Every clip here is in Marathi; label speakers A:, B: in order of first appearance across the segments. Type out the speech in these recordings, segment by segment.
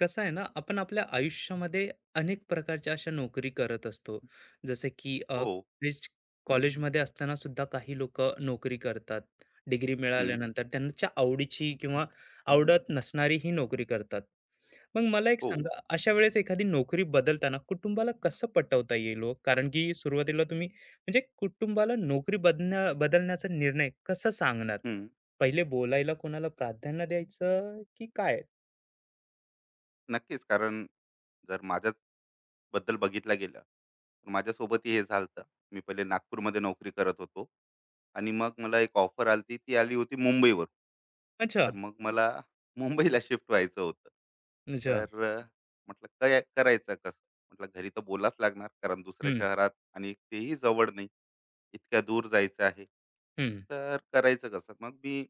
A: कसं आहे ना? आपण आपल्या आयुष्यामध्ये अनेक प्रकारच्या अशा नोकरी करत असतो. जसं की
B: हो.
A: कॉलेज, कॉलेजमध्ये असताना सुद्धा काही लोक नोकरी करतात. डिग्री
B: हं.
A: मिळाल्यानंतर त्यांच्या आवडीची किंवा आवडत नसणारी ही नोकरी करतात. मग मला एक
B: हो.
A: सांगा, अशा वेळेस एखादी नोकरी बदलताना कुटुंबाला कसं पटवता येईल हो? कारण की सुरुवातीला तुम्ही म्हणजे कुटुंबाला नोकरी बदलण्याचा निर्णय कसं सांगणार?
B: हं.
A: पहिले बोलायला कोणाला प्राधान्य द्यायचं की काय?
B: नक्कीच. कारण जर माझ्याच बद्दल बघितलं गेलं, तर माझ्यासोबतही हे झालं. मी पहिले नागपूरमध्ये नोकरी करत होतो आणि मग मला एक ऑफर आली ती आली होती मुंबईवरून.
A: अच्छा.
B: तर मग मला मुंबईला शिफ्ट व्हायचं होतं.
A: अच्छा.
B: तर म्हटलं काय करायचं कसं? म्हटलं घरी तर बोलावंच लागणार कारण दुसऱ्या
A: हं,
B: शहरात आणि तेही जवळ नाही. इतक्या दूर जायचं आहे.
A: हं,
B: तर करायचं कसं? मग मी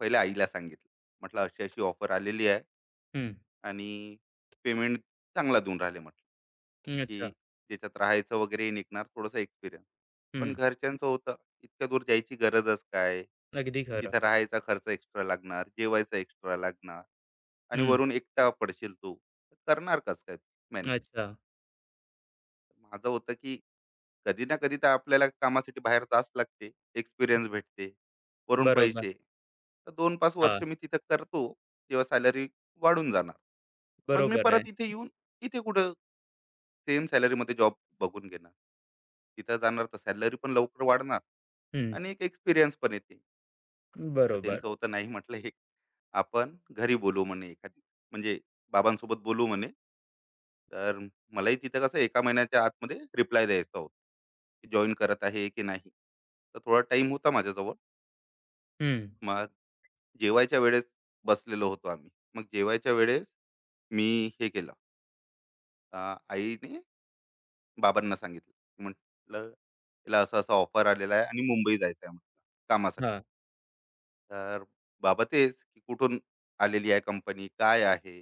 B: पहिले आईला सांगितलं. म्हटलं अशी अशी ऑफर आलेली आहे
A: हं.
B: आणि पेमेंट चांगला देऊन राहिले म्हटलं की
A: अच्छा.
B: ज्याच्यात राहायचं वगैरे निघणार थोडासा एक्सपिरियन्स पण
A: हं.
B: घरच्यांचं होतं इतक्या दूर जायची गरजच काय
A: अगदी खरं.
B: तिथं राहायचा खर्च एक्स्ट्रा लागणार जेवायचा एक्स्ट्रा लागणार आणि
A: हं.
B: वरून एकटा पडशील तू तर करणार कस काय मॅनेज
A: अच्छा.
B: माझं होतं की कधी ना कधी तर आपल्याला कामासाठी बाहेर जाच लागते एक्सपिरियन्स भेटते वरून
A: बरोबर.
B: पैसे तर दोन पाच
A: हां.
B: वर्ष मी तिथं करतो तेव्हा सॅलरी वाढून जाणार मग मी
A: बरोबर आहे.
B: परत इथे येऊन इथे कुठं सेम सॅलरीमध्ये जॉब बघून घेणार तिथं जाणार तर सॅलरी पण लवकर वाढणार
A: हं.
B: आणि एक एक्सपिरियन्स पण येते तर
A: बरोबर.
B: त्यांचं होतं नाही म्हटलं हे आपण घरी बोलू म्हणे एखादी म्हणजे बाबांसोबत बोलू म्हणे तर मलाही तिथं कसं एका महिन्याच्या आतमध्ये रिप्लाय द्यायचा होता जॉईन करत आहे की नाही तर थोडा टाइम होता माझ्याजवळ
A: हं.
B: मग जेवायच्या वेळेस बसलेलो होतो आम्ही मग जेवायच्या वेळेस मी हे केलं आईने बाबांना सांगितलं की म्हटलं तिला असं असं ऑफर आलेला आहे आणि मुंबई जायचं आहे म्हटलं कामासाठी
A: हां.
B: तर बाबा तेच की कुठून आलेली आहे कंपनी काय आहे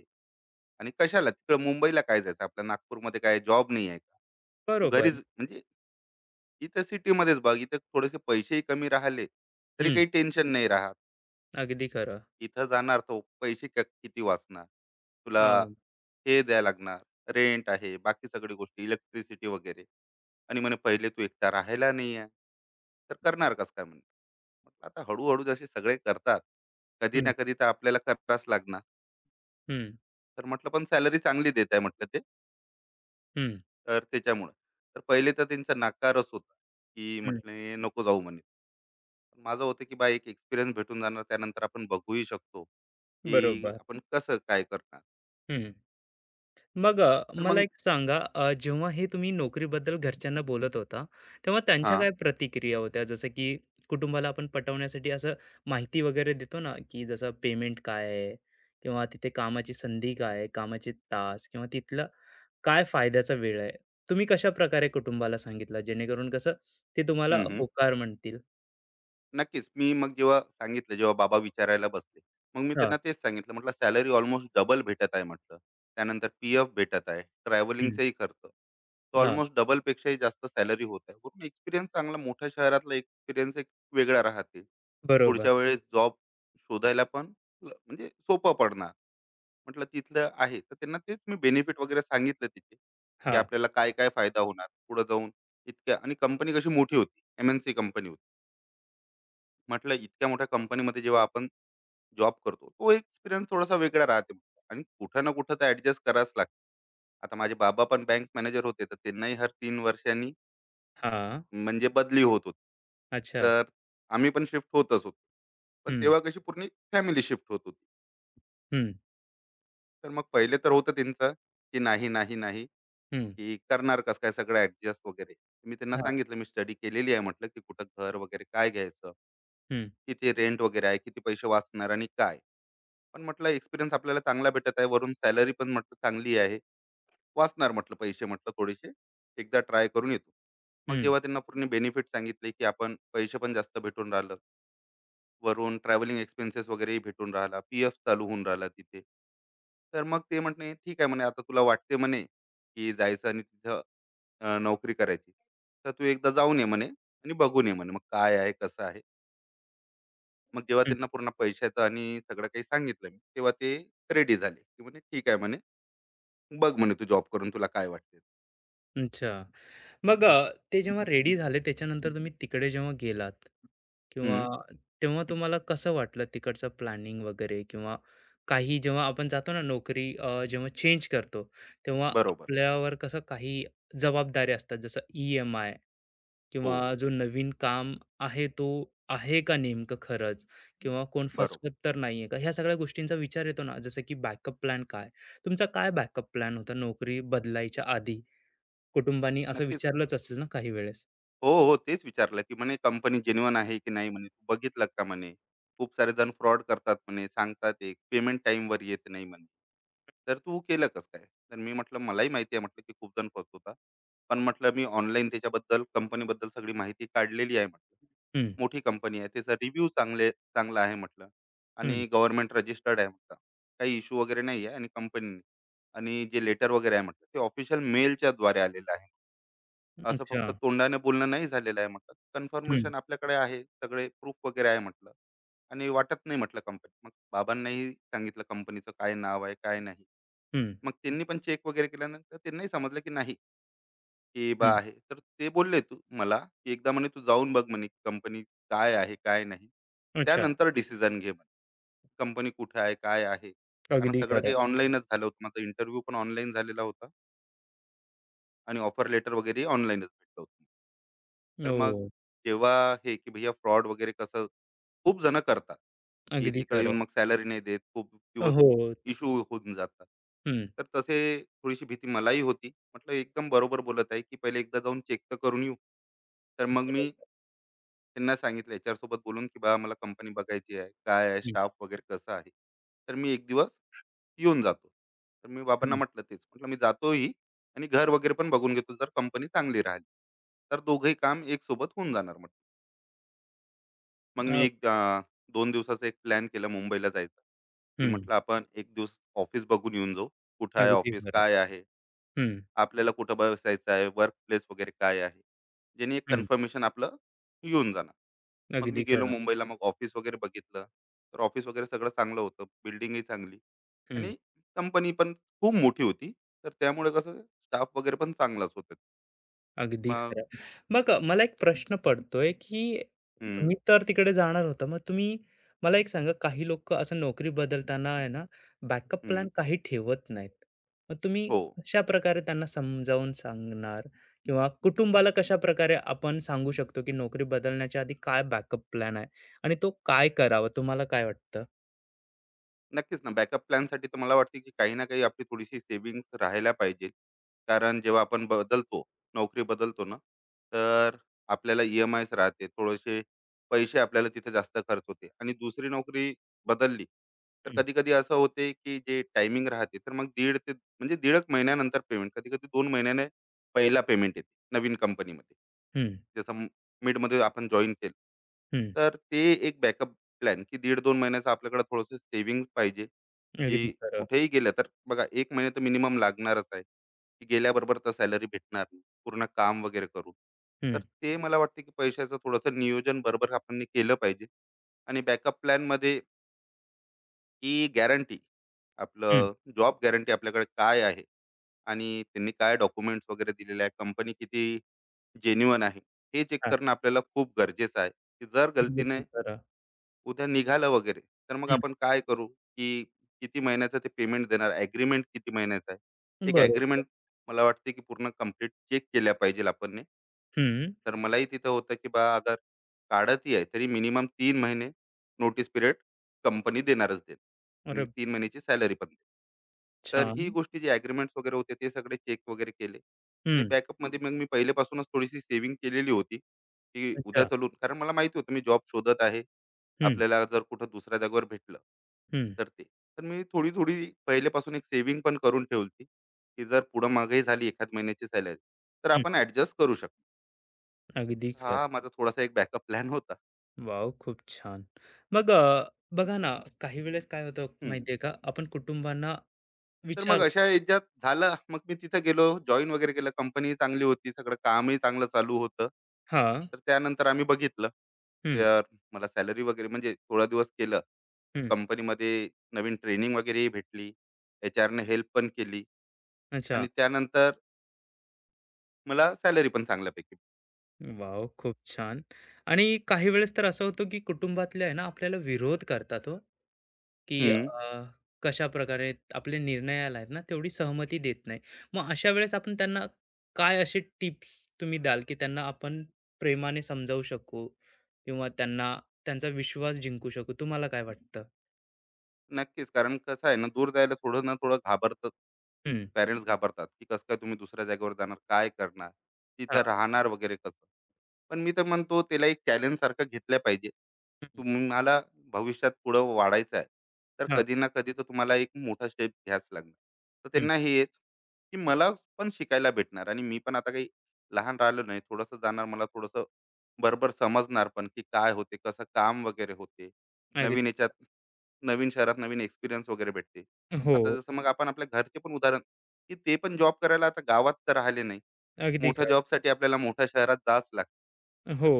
B: आणि कशाला तिकडं मुंबईला काय जायचं आपल्या नागपूरमध्ये काय जॉब नाही आहे का तू
A: बरोबर.
B: घरीच म्हणजे इथं सिटीमध्येच बघ इथं थोडेसे पैसेही कमी राहिले तरी
A: हं.
B: काही टेन्शन नाही राहत
A: अगदी खरं.
B: तिथं जाणार तर पैसे किती वाचणार तुला
A: हां.
B: हे द्यायला लागणार रेंट आहे बाकी सगळी गोष्टी इलेक्ट्रिसिटी वगैरे आणि म्हणे पहिले तू एकटा राहायला नाही आहे तर करणार कस काय म्हणे म्हटलं आता हळूहळू जसे सगळे करतात कधी
A: हं,
B: ना कधी तर आपल्याला करावंच लागणार
A: हं,
B: तर म्हटलं पण सॅलरी चांगली देत आहे म्हटलं ते
A: हं,
B: तर त्याच्यामुळे तर पहिले तर त्यांचा नाकारच होता की
A: हं.
B: म्हटले नको जाऊ म्हणे पण माझं होतं की बा एक एक्सपिरियन्स भेटून जाणार त्यानंतर आपण बघूही शकतो की
A: बरोबर.
B: आपण कसं काय करणार
A: मग
B: तर
A: मला
B: मग
A: एक सांगा, जेव्हा हे तुम्ही नोकरीबद्दल घरच्यांना बोलत होता, तेव्हा त्यांच्या
B: हां.
A: काय प्रतिक्रिया होत्या? जसं की कुटुंबाला आपण पटवण्यासाठी असं माहिती वगैरे देतो ना, की जसं पेमेंट काय आहे? किंवा तिथे कामाची संधी काय आहे? कामाचे तास किंवा तिथला काय फायद्याचा वेळ आहे? तुम्ही कशाप्रकारे कुटुंबाला सांगितलं, जेणेकरून कसं ते तुम्हाला
B: हं, न हं.
A: होकार म्हणतील?
B: नक्कीच. मी मग जेव्हा सांगितलं, जेव्हा बाबा विचारायला बसले, मग मी
A: हां.
B: त्यांना तेच सांगितलं म्हटलं, "सॅलरी ऑलमोस्ट डबल भेटत आहे" म्हटलं. "त्यानंतर PF भेटत आहे,
A: हं.
B: ट्रॅव्हलिंगचाही खर्च. तो
A: हां.
B: ऑलमोस्ट डबलपेक्षाही जास्त सॅलरी होत आहे." वरून एक्सपिरियन्स चांगला मोठ्या शहरातला एक्सपिरियन्स एक वेगळा राहते.
A: बरोबर.
B: पुढच्या वेळेस जॉब शोधायला पण म्हणजे सोपं पडणार. म्हटलं, "तिथलं आहे." तर त्यांना तेच मी बेनिफिट वगैरे सांगितलं तिथे, की
A: हां.
B: आपल्याला काय-काय फायदा होणार पुढे जाऊन इतक्या आणि कंपनी कशी मोठी होती, MNC कंपनी म्हटलं इतक्या मोठ्या कंपनीमध्ये जेव्हा आपण जॉब करतो तो एक्सपिरियन्स थोडासा वेगळा राहते आणि कुठं ना कुठं तर ऍडजस्ट करावंच लागतं आता माझे बाबा पण बँक मॅनेजर होते तर त्यांनाही हर 3 वर्षांनी
A: हां.
B: म्हणजे बदली होत होती
A: अच्छा.
B: तर आम्ही पण शिफ्ट होतच होतो पण
A: हं.
B: तेव्हा कशी पूर्ण फॅमिली शिफ्ट होत होती
A: हं.
B: तर मग पहिले तर होतं त्यांचं की नाही नाही नाही
A: हं.
B: की करणार कसं काय सगळं ऍडजस्ट वगैरे मी त्यांना
A: हां.
B: सांगितलं मी स्टडी केलेली आहे म्हटलं की कुठं घर वगैरे काय घ्यायचं
A: हं.
B: किती रेंट वगैरे आहे किती पैसे वाचणार आणि काय पण म्हटलं एक्सपिरियन्स आपल्याला चांगला भेटत आहे. वरून सॅलरी पण म्हटलं चांगली आहे. वाचणार म्हटलं पैसे म्हटलं थोडेसे. एकदा ट्राय करून येतो. मग
A: हं.
B: जेव्हा त्यांना पूर्ण बेनिफिट सांगितले, की आपण पैसे पण जास्त भेटून राहिलं. वरून ट्रॅव्हलिंग एक्सपेन्सेस वगैरेही भेटून राहिला. PF चालू होऊन राहिला तिथे. तर मग ते म्हटले, "ठीक आहे," म्हणे, "आता तुला वाटते," म्हणे, "की जायचं आणि तिथं नोकरी करायची. तर तू एकदा जाऊन ये," म्हणे, "आणि बघून ये," म्हणे, "मग काय आहे, कसं आहे?" मग जेव्हा
A: हं.
B: त्यांना पूर्ण पैशाचं आणि सगळं काही सांगितलं मी, तेव्हा ते रेडी झाले. ते म्हणे, "ठीक आहे," म्हणे. बघ म्हणे तू जॉब करून तुला काय वाटते.
A: अच्छा. मग ते जेव्हा रेडी झाले, त्याच्यानंतर तुम्ही तिकडे जेव्हा गेलात, किंवा
B: हं,
A: तेव्हा तुम्हाला कसं वाटलं? तिकडचं प्लॅनिंग वगैरे किंवा काही, जेव्हा आपण जातो ना नोकरी, जेव्हा चेंज करतो, तेव्हा
B: बरोबर.
A: आपल्यावर कसं काही जबाबदारी असतात, जसं ईएमआय किंवा
B: हो,
A: जो नवीन काम आहे तो आहे का नेमकं खरंच, किंवा कोण
B: बरोबर.
A: फसवत तर नाहीये का? ह्या सगळ्या गोष्टींचा विचार येतो ना. जसं की बॅकअप प्लॅन काय? तुमचा काय बॅकअप प्लॅन होता नोकरी बदलायच्या आधी? कुटुंबानी असं
B: नक्कीच.
A: विचारलंच असेल ना काही वेळेस?
B: हो, हो. तेच विचारलं, की म्हणे कंपनी जेन्युइन आहे की नाही म्हणे, तू बघितलं का म्हणे? खूप सारे जण फ्रॉड करतात म्हणे, सांगतात एक, पेमेंट टाईमवर येत नाही म्हणे. तर तू केलं कसं काय? तर मी म्हटलं, मलाही माहिती आहे म्हटलं, की खूप जण फसवतात. पण म्हटलं मी ऑनलाईन त्याच्याबद्दल, कंपनीबद्दल सगळी माहिती काढलेली आहे म्हटलं.
A: हं,
B: मोठी कंपनी आहे, त्याचा रिव्ह्यू चांगले चांगला आहे म्हटलं
A: हं.
B: आणि गव्हर्नमेंट रजिस्टर्ड आहे म्हटलं. काही इश्यू वगैरे नाही आहे आणि कंपनी आणि जे लेटर वगैरे आहे म्हटलं, ते ऑफिशियल मेलच्याद्वारे आलेलं आहे. असं
A: अच्छा.
B: फक्त तोंडाने बोलणं नाही झालेलं आहे म्हटलं.
A: हं,
B: कन्फर्मेशन आपल्याकडे आहे, सगळे प्रूफ वगैरे आहे म्हटलं आणि वाटत नाही म्हटलं कंपनी. मग बाबांनाही सांगितलं कंपनीचं काय नाव आहे, काय नाही.
A: हं,
B: मग त्यांनी पण चेक वगैरे केल्यानंतर त्यांनाही समजलं की नाही की बा
A: हं.
B: आहे. तर ते बोलले तू मला, की "एकदा म्हणे तू जाऊन बघ म्हणे कंपनी काय आहे, काय नाही.
A: अच्छा.
B: त्यानंतर डिसिजन घे म्हणे. कंपनी कुठे आहे, काय आहे?" कारण
A: अगदी
B: सगळं
A: खरं.
B: काही बरोबर. ऑनलाईनच झालं होतं. माझा इंटरव्ह्यू पण ऑनलाईन झालेला होता आणि ऑफर लेटर वगैरे ऑनलाईनच भेटलं होतं. तर मग
A: हो.
B: जेव्हा हे की भैया फ्रॉड वगैरे कसं खूप जण करतात की
A: अगदी
B: तिकडे येऊन
A: खरं.
B: मग सॅलरी नाही देत खूप दिवस
A: हो.
B: इश्यू होऊन जातात
A: हं.
B: तर तसे थोडीशी भीती मलाही होती म्हटलं एकदम बरोबर बोलत आहे की पहिले एकदा जाऊन चेक तर करून येऊ तर मग मी
A: बरोबर.
B: त्यांना सांगितलं HR सोबत बोलून की बा मला कंपनी बघायची आहे काय आहे
A: हं,
B: स्टाफ वगैरे कसं आहे तर मी एक दिवस येऊन जातो तर मी बाबांना
A: हं.
B: म्हटलं तेच म्हटलं मी जातोही आणि घर वगैरे पण बघून घेतो जर कंपनी चांगली राहिली तर दोघंही काम एक सोबत होऊन जाणार मग
A: अ,
B: मी 2 दिवसाचा एक प्लॅन केला मुंबईला जायचा, की
A: हं.
B: म्हटलं आपण एक दिवस ऑफिस बघून येऊन जाऊ. कुठं आहे
A: अगदी
B: ऑफिस?
A: खरं.
B: काय आहे?
A: हं,
B: आपल्याला कुठं बसायचं आहे? वर्क प्लेस वगैरे काय आहे? ज्याने एक
A: हं.
B: कन्फर्मेशन आपलं येऊन जाणार. मग मी
A: अगदी
B: गेलो
A: खरं.
B: मुंबईला. मग ऑफिस वगैरे बघितलं. तर ऑफिस वगैरे सगळं चांगलं होतं. बिल्डिंगही चांगली
A: हं.
B: आणि कंपनी पण खूप मोठी होती. तर त्यामुळे कसं स्टाफ वगैरे पण चांगलाच होता.
A: अगदी
B: मग
A: खरं. मग मला एक प्रश्न पडतोय, की
B: हं,
A: तुम्ही तर तिकडे जाणार होता. मग तुम्ही मला एक सांगा, काही लोकं असं नोकरी बदलताना आहे ना, बॅकअप प्लॅन
B: हं.
A: काही ठेवत नाहीत. मग तुम्ही
B: हो.
A: कशाप्रकारे त्यांना समजावून सांगणार, किंवा कुटुंबाला कशाप्रकारे आपण सांगू शकतो, की नोकरी बदलण्याच्या आधी काय बॅकअप प्लॅन आहे आणि तो काय करावा? तुम्हाला काय वाटतं?
B: नक्कीच ना बॅकअप प्लॅनसाठी तर मला वाटते की काही ना काही आपली थोडीशी सेव्हिंग राहायला पाहिजे कारण जेव्हा आपण बदलतो नोकरी बदलतो ना तर आपल्याला ई एम आयच राहते थोडेसे पैसे आपल्याला तिथे जास्त खर्च होते आणि दुसरी नोकरी बदलली तर
A: हं,
B: कधी कधी असं होते की जे टायमिंग राहते तर मग दीड ते म्हणजे दीड एक महिन्यानंतर पेमेंट कधी कधी 2 महिन्याने पहिला पेमेंट येते नवीन कंपनीमध्ये
A: हं,
B: जसं मिडमध्ये आपण जॉईन केलं
A: हं.
B: तर ते एक बॅकअप प्लॅन की दीड दोन महिन्याचा आपल्याकडे थोडंसं सेव्हिंग पाहिजे
A: अगदी
B: की
A: खरं.
B: कुठेही गेलं तर बघा 1 महिना तर मिनिमम लागणारच आहे, की गेल्याबरोबर तर सॅलरी भेटणार नाही. पूर्ण काम वगैरे करू. तर
A: हं,
B: ते मला वाटतं की पैशाचं थोडंसं नियोजन बरोबर आपण केलं पाहिजे आणि बॅकअप प्लॅनमध्ये ही गॅरंटी
A: हं.
B: आपलं जॉब गॅरंटी आपल्याकडे काय आहे आणि त्यांनी काय डॉक्युमेंट्स वगैरे दिलेले आहे, कंपनी किती जेन्युइन आहे, हे चेक
A: हां.
B: करणं आपल्याला खूप गरजेचं आहे, की जर गलतीने
A: अगदी खरं.
B: उद्या निघालं वगैरे तर मग
A: हं.
B: आपण काय करू की किती महिन्याचं ते पेमेंट देणार ॲग्रीमेंट किती महिन्याचं आहे एक
A: बरोबर.
B: ॲग्रीमेंट मला वाटते की पूर्ण कम्प्लीट चेक केल्या पाहिजे आपण
A: हं.
B: तर मलाही तिथं होतं की बा अगर काढतही आहे तरी मिनिमम 3 महिने नोटीस पिरियड कंपनी देणारच देणार
A: अरे,
B: आणि 3 महिन्याची सॅलरी पण देणार. तर ही
A: छान.
B: गोष्टी जे ॲग्रीमेंट्स वगैरे होते ते सगळे चेक वगैरे केले आणि
A: हं.
B: बॅकअपमध्ये मग मी पहिल्यापासूनच थोडीशी सेव्हिंग केलेली होती की उद्या
A: अच्छा.
B: चलून कारण मला माहिती होतं मी जॉब शोधत आहे
A: हं,
B: आपल्याला जर कुठं दुसऱ्या जागेवर भेटलं
A: हं,
B: तर ते. तर मी थोडी थोडी पहिलेपासून एक सेव्हिंग पण करून ठेवली, की जर पुढं महागाई झाली एखाद महिन्याची सॅलरी, तर
A: हं.
B: आपण ॲडजस्ट करू शकतो. तर
A: अगदी
B: हा
A: खरं.
B: माझा थोडासा एक बॅकअप प्लॅन होता.
A: वॉव! खूप छान. मग बघा ना, काही वेळेस काय होतं
B: हं.
A: माहिती आहे का? आपण कुटुंबांना
B: तर मग
A: विचारतो.
B: अशा ह्याच्यात झालं, मग मी तिथं गेलो, जॉइन वगैरे केलं. कंपनीही चांगली होती, सगळं कामही चांगलं चालू होतं.
A: हां.
B: तर त्यानंतर आम्ही बघितलं,
A: हं,
B: तर मला सॅलरी वगैरे म्हणजे थोडा दिवस केलं, तर
A: हं.
B: कंपनीमध्ये नवीन ट्रेनिंग वगैरेही भेटली. एचआरने हेल्प पण केली
A: अच्छा.
B: आणि त्यानंतर मला सॅलरी पण चांगल्यापैकी.
A: वॉव! खूप छान. आणि काही वेळेस तर असं होतं, की कुटुंबातले आहे ना आपल्याला विरोध करतात हो, की
B: हं.
A: कशाप्रकारे आपले निर्णयाला आहेत ना तेवढी सहमती देत नाही. मग अशा वेळेस आपण त्यांना काय असे टिप्स तुम्ही द्याल, की त्यांना आपण प्रेमाने समजावू शकू, किंवा त्यांना त्यांचा विश्वास जिंकू शकू? तुम्हाला काय वाटतं?
B: नक्कीच. कारण कसं आहे ना, दूर जायला थोडं ना थोडं घाबरतात.
A: हं.
B: पेरेंट्स घाबरतात, की कसं काय तुम्ही दुसऱ्या जागेवर जाणार? काय करणार?
A: हां.
B: तिथं राहणार वगैरे कसं? पण मी तर म्हणतो त्याला एक चॅलेंज सारखं घेतलं पाहिजे.
A: हं.
B: तुम्हाला भविष्यात पुढं वाढायचं आहे, तर
A: हां.
B: कधी ना कधी तर तुम्हाला एक मोठा स्टेप घ्यावाच लागणार. तर
A: हं.
B: त्यांना हे हेच, की मला पण शिकायला भेटणार आणि मी पण आता काही लहान राहिलो नाही. थोडंसं जाणार मला थोडंसं बरोबर समजणार पण, की काय होते, कसं काम वगैरे होते.
A: अगदी.
B: नवीन याच्यात नवीन शहरात नवीन एक्सपिरियन्स वगैरे भेटते. आता
A: हो,
B: जसं मग आपण आपल्या घरचे पण उदाहरण, की ते पण जॉब करायला आता गावात तर राहिले नाही.
A: अगदी
B: मोठ्या
A: खरं.
B: जॉबसाठी आपल्याला मोठ्या शहरात जावंच लागतं.
A: हो.
B: तर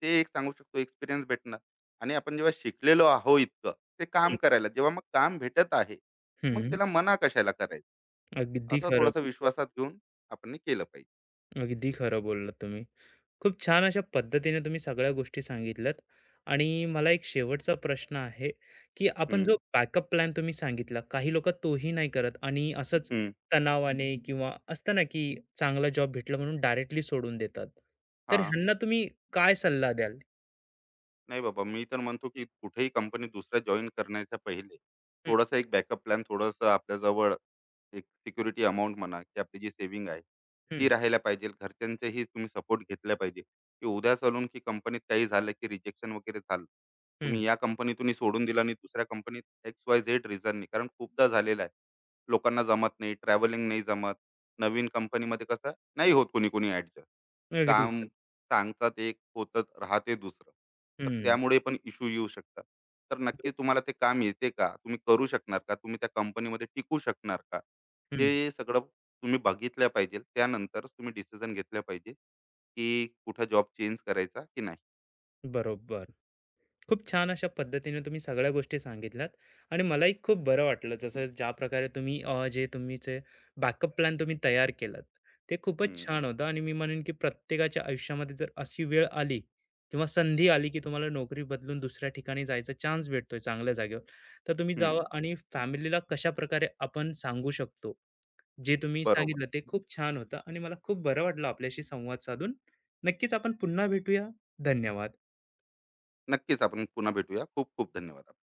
B: ते एक सांगू शकतो एक्सपिरियन्स भेटणार आणि आपण जेव्हा शिकलेलो आहोत इतकं, ते
A: हं,
B: काम करायला जेव्हा मग काम भेटत आहे, तर मग
A: हं.
B: त्याला मना कशाला करायचं?
A: अगदी
B: असा
A: खरं.
B: थोडासा विश्वासात घेऊन आपण हे केलं पाहिजे.
A: अगदी खरं बोललात तुम्ही. खूप छान अशा पद्धतीने तुम्ही सगळ्या गोष्टी सांगितल्यात. आणि मला एक शेवटचा प्रश्न आहे, की आपण
B: हं,
A: जो बॅकअप प्लॅन तुम्ही सांगितला, काही लोकं तोही नाही करत, आणि असंच
B: हं.
A: तणावाने किंवा असतं ना, की चांगला जॉब भेटला म्हणून डायरेक्टली सोडून देतात. तर
B: हां.
A: ह्यांना तुम्ही काय सल्ला द्याल?
B: नाही बाबा, मी तर म्हणतो की कुठेही कंपनी दुसऱ्या जॉइन करण्याच्या पहिले
A: हं,
B: थोडासा एक बॅकअप प्लॅन, थोडंसं आपल्याजवळ एक सिक्युरिटी अमाउंट म्हणा, की आपली जी सेव्हिंग आहे,
A: हं,
B: ती राहायला पाहिजे. घरच्यांचाही तुम्ही सपोर्ट घेतला पाहिजे, की उद्या चालून की कंपनीत काही झालं, की रिजेक्शन वगैरे झालं,
A: हं.
B: तुम्ही या कंपनीतूनही सोडून दिलं आणि दुसऱ्या कंपनीत XYZ रिझननी कारण खूपदा झालेलं आहे. लोकांना जमत नाही, ट्रॅव्हलिंग नाही जमत. नवीन कंपनीमध्ये कसं नाही होत कोणी-कोणी ॲडजस्ट.
A: अगदी.
B: काम सांगतात एक, होतं राहते दुसरं. तर
A: हं,
B: त्यामुळे पण इश्यू येऊ शकतात. तर नक्की तुम्हाला ते काम येते का? तुम्ही करू शकणार का? तुम्ही त्या कंपनीमध्ये टिकू शकणार का?
A: हं.
B: हे सगळं तुम्ही बघितलं पाहिजे. त्यानंतरच तुम्ही डिसिजन घेतलं पाहिजे, की कुठं जॉब चेंज करायचा की नाही.
A: बरोबर. खूप छान अशा पद्धतीने तुम्ही सगळ्या गोष्टी सांगितल्यात, आणि मलाही खूप बरं वाटलं, जसं ज्या प्रकारे तुम्ही जे तुमचे बॅकअप प्लॅन तुम्ही तयार केलात, ते खूपच
B: हं,
A: छान होतं. आणि मी म्हणेन की प्रत्येकाच्या आयुष्यामध्ये जर अशी वेळ आली किंवा संधी आली, की तुम्हाला नोकरी बदलून दुसऱ्या ठिकाणी जायचा चान्स भेटतोय चांगल्या जागेवर, तर तुम्ही
B: हं.
A: जावा. आणि फॅमिलीला कशा प्रकारे आपण सांगू शकतो, जे तुम्ही
B: बरोबर.
A: सांगितलं ते खूप छान होतं. आणि मला खूप बरं वाटलं आपल्याशी संवाद साधून. नक्कीच आपण पुन्हा भेटूया. धन्यवाद.
B: नक्कीच आपण पुन्हा भेटूया. खूप खूप धन्यवाद.